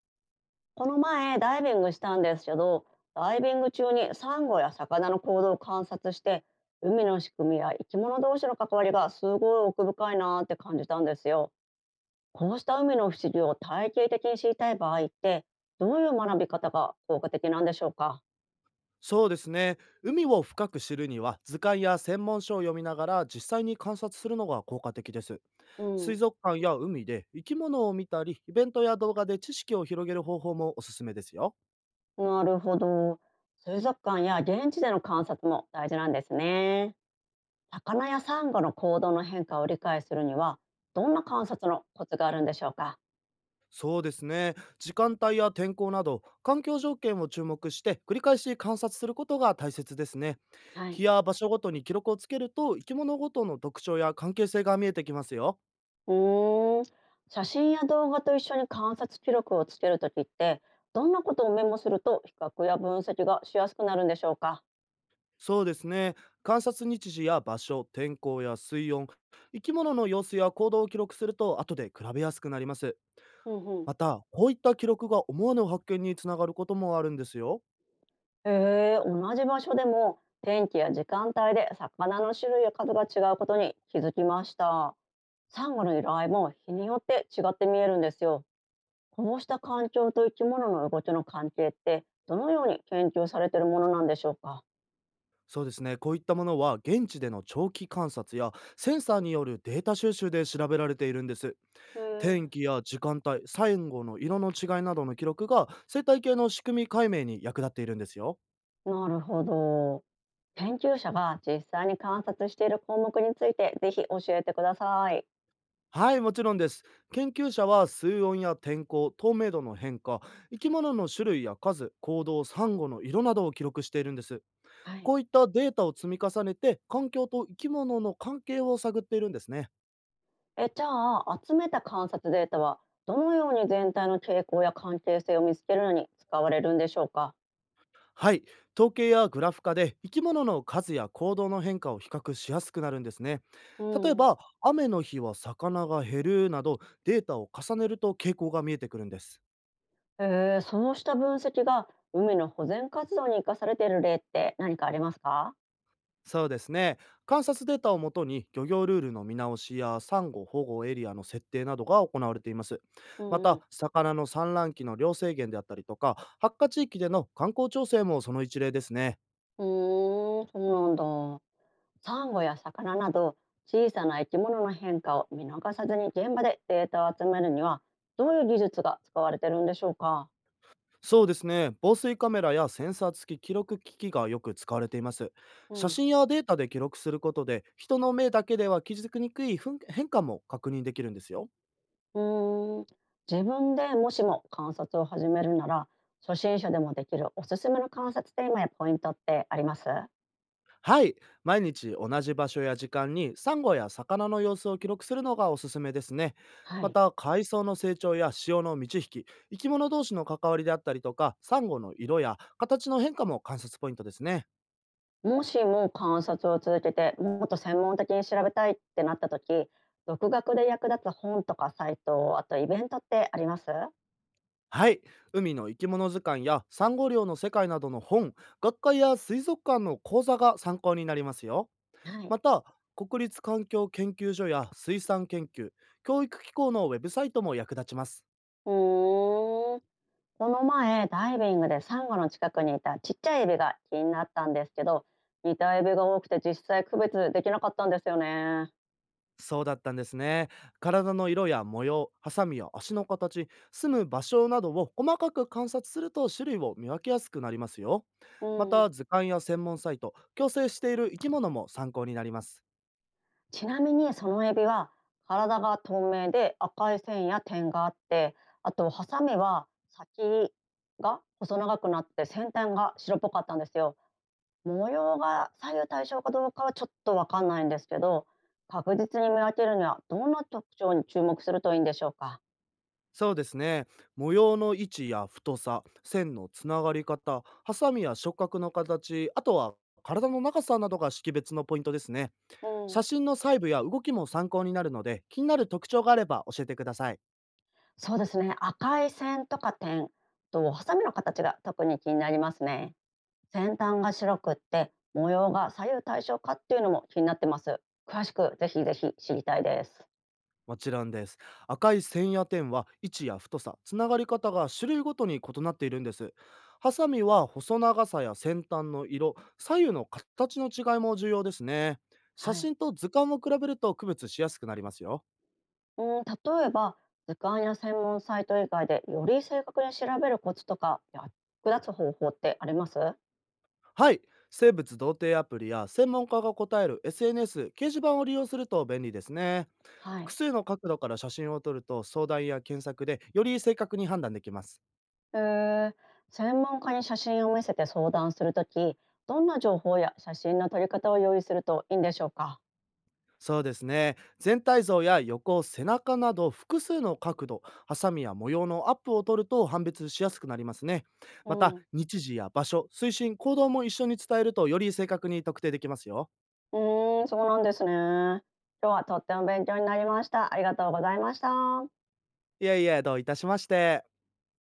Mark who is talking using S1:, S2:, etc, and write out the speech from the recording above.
S1: この前ダイビングしたんですけど、ダイビング中にサンゴや魚の行動を観察して、海の仕組みや生き物同士の関わりがすごい奥深いなーって感じたんですよ。こうした海の不思議を体系的に知りたい場合って、どういう学び方が効果的なんでしょうか？
S2: そうですね。海を深く知るには図鑑や専門書を読みながら実際に観察するのが効果的です。
S1: う
S2: 水
S1: ん。
S2: 族館や海で生き物を見たり、イベントや動画で知識を広げる方法もおすすめですよ。
S1: なるほど、水族館や現地での観察も大事なんですね。魚やサンゴの行動の変化を理解するには、どんな観察のコツがあるんでしょうか？
S2: そうですね。時間帯や天候など環境条件を注目して繰り返し観察することが大切ですね。
S1: は
S2: 日
S1: い。
S2: や場所ごとに記録をつけると生き物ごとの特徴や関係性が見えてきますよ。
S1: うーん、写真や動画と一緒に観察記録をつけるときって、どんなことをメモすると比較や分析がしやすくなるんでしょうか。
S2: そうですね。観察日時や場所、天候や水温、生き物の様子や行動を記録すると後で比べやすくなります。
S1: うんうん。
S2: また、こういった記録が思わぬ発見につながることもあるんですよ。
S1: へえ、同じ場所でも天気や時間帯で魚の種類や数が違うことに気づきました。サンゴの由来も日によって違って見えるんですよ。こうした環境と生き物の動きの関係って、どのように研究されているものなんでしょうか。
S2: そうですね。こういったものは現地での長期観察やセンサーによるデータ収集で調べられているんです。
S1: へえ
S2: 天
S1: ー、
S2: 気や時間帯、サンゴの色の違いなどの記録が生態系の仕組み解明に役立っているんですよ。
S1: なるほど。研究者が実際に観察している項目について、ぜひ教えてください。
S2: はい、もちろんです。研究者は水温や天候、透明度の変化、生き物の種類や数、行動、サンゴの色などを記録しているんです。
S1: はい。
S2: こういったデータを積み重ねて、環境と生き物の関係を探っているんですね。
S1: え、じゃあ集めた観察データは、どのように全体の傾向や関係性を見つけるのに使われるんでしょうか？
S2: はい、統計やグラフ化で生き物の数や行動の変化を比較しやすくなるんですね。
S1: う
S2: 例え
S1: ん。
S2: ば、雨の日は魚が減るなど、データを重ねると傾向が見えてくるんです。
S1: えー、そうした分析が海の保全活動に生かされている例って何かありますか？
S2: そうですね。観察データをもとに漁業ルールの見直しやサンゴ保護エリアの設定などが行われています。
S1: う
S2: ま
S1: んう
S2: た、
S1: ん。
S2: 魚の産卵期の量制限であったりとか、発火地域での観光調整もその一例ですね。
S1: そうなんだ。サンゴや魚など小さな生き物の変化を見逃さずに現場でデータを集めるには、どういう技術が使われてるんでしょうか？
S2: そうですね。防水カメラやセンサー付き記録機器がよく使われています。
S1: うん。
S2: 写
S1: う
S2: 真やデータで記録することで、人の目だけでは気づきにくいふん変化も確認できるんですよ。
S1: ーん、自分でもしも観察を始めるなら、初心者でもできるおすすめの観察テーマやポイントってあります？
S2: はい。毎日同じ場所や時間にサンゴや魚の様子を記録するのがおすすめですね。
S1: は
S2: ま
S1: い。
S2: た、海藻の成長や潮の満ち引き、生き物同士の関わりであったりとか、サンゴの色や形の変化も観察ポイントですね。
S1: もしも観察を続けて、もっと専門的に調べたいってなった時、独学で役立つ本とかサイト、あとイベントってあります？は
S2: はい。海の生き物図鑑やサンゴ漁の世界などの本、学会や水族館の講座が参考になりますよ。
S1: い。
S2: また、国立環境研究所や水産研究、教育機構のウェブサイトも役立ちます。
S1: うーん、この前、ダイビングでサンゴの近くにいたちっちゃいエビが気になったんですけど、似たエビが多くて実際区別できなかったんですよね。
S2: そうだったんですね。体の色や模様、ハサミや足の形、住む場所などを細かく観察すると種類を見分けやすくなりますよ。
S1: う
S2: また
S1: ん。
S2: 図鑑や専門サイト、共生している生き物も参考になります。
S1: ちなみにそのエビは、体が透明で赤い線や点があって、あとハサミは先が細長くなって先端が白っぽかったんですよ。模様が左右対称かどうかはちょっとわかんないんですけど、確実に見分けるにはどんな特徴に注目するといいんでしょうか。
S2: そうですね。模様の位置や太さ、線のつながり方、ハサミや触覚の形、あとは体の長さなどが識別のポイントですね。
S1: う
S2: 写
S1: ん。
S2: 真の細部や動きも参考になるので、気になる特徴があれば教えてください。
S1: そうですね、赤い線とか点とハサミの形が特に気になりますね。先端が白くって模様が左右対称かっていうのも気になってます。詳しくぜひぜひ知りたいです。
S2: もちろんです。赤い線や点は位置や太さ、つながり方が種類ごとに異なっているんです。ハサミは細長さや先端の色、左右の形の違いも重要ですね。写
S1: はい。
S2: 真と図鑑を比べると区別しやすくなりますよ。
S1: うん、例えば図鑑や専門サイト以外で、より正確に調べるコツとか役立つ方法ってあります？
S2: はい、生物同定アプリや専門家が答える SNS、掲示板を利用すると便利ですね。
S1: は
S2: 複
S1: い。
S2: 数の角度から写真を撮ると相談や検索でより正確に判断できます。
S1: えー、専門家に写真を見せて相談するとき、どんな情報や写真の撮り方を用意するといいんでしょうか？
S2: そうですね。全体像や横、背中など複数の角度、ハサミや模様のアップを取ると判別しやすくなりますね。
S1: う
S2: また、
S1: ん。
S2: 日時や場所、推進、行動も一緒に伝えるとより正確に特定できますよ。
S1: うーん、そうなんですね。今日はとっても勉強になりました。ありがとうございました。
S2: いやいや、どういたしまして。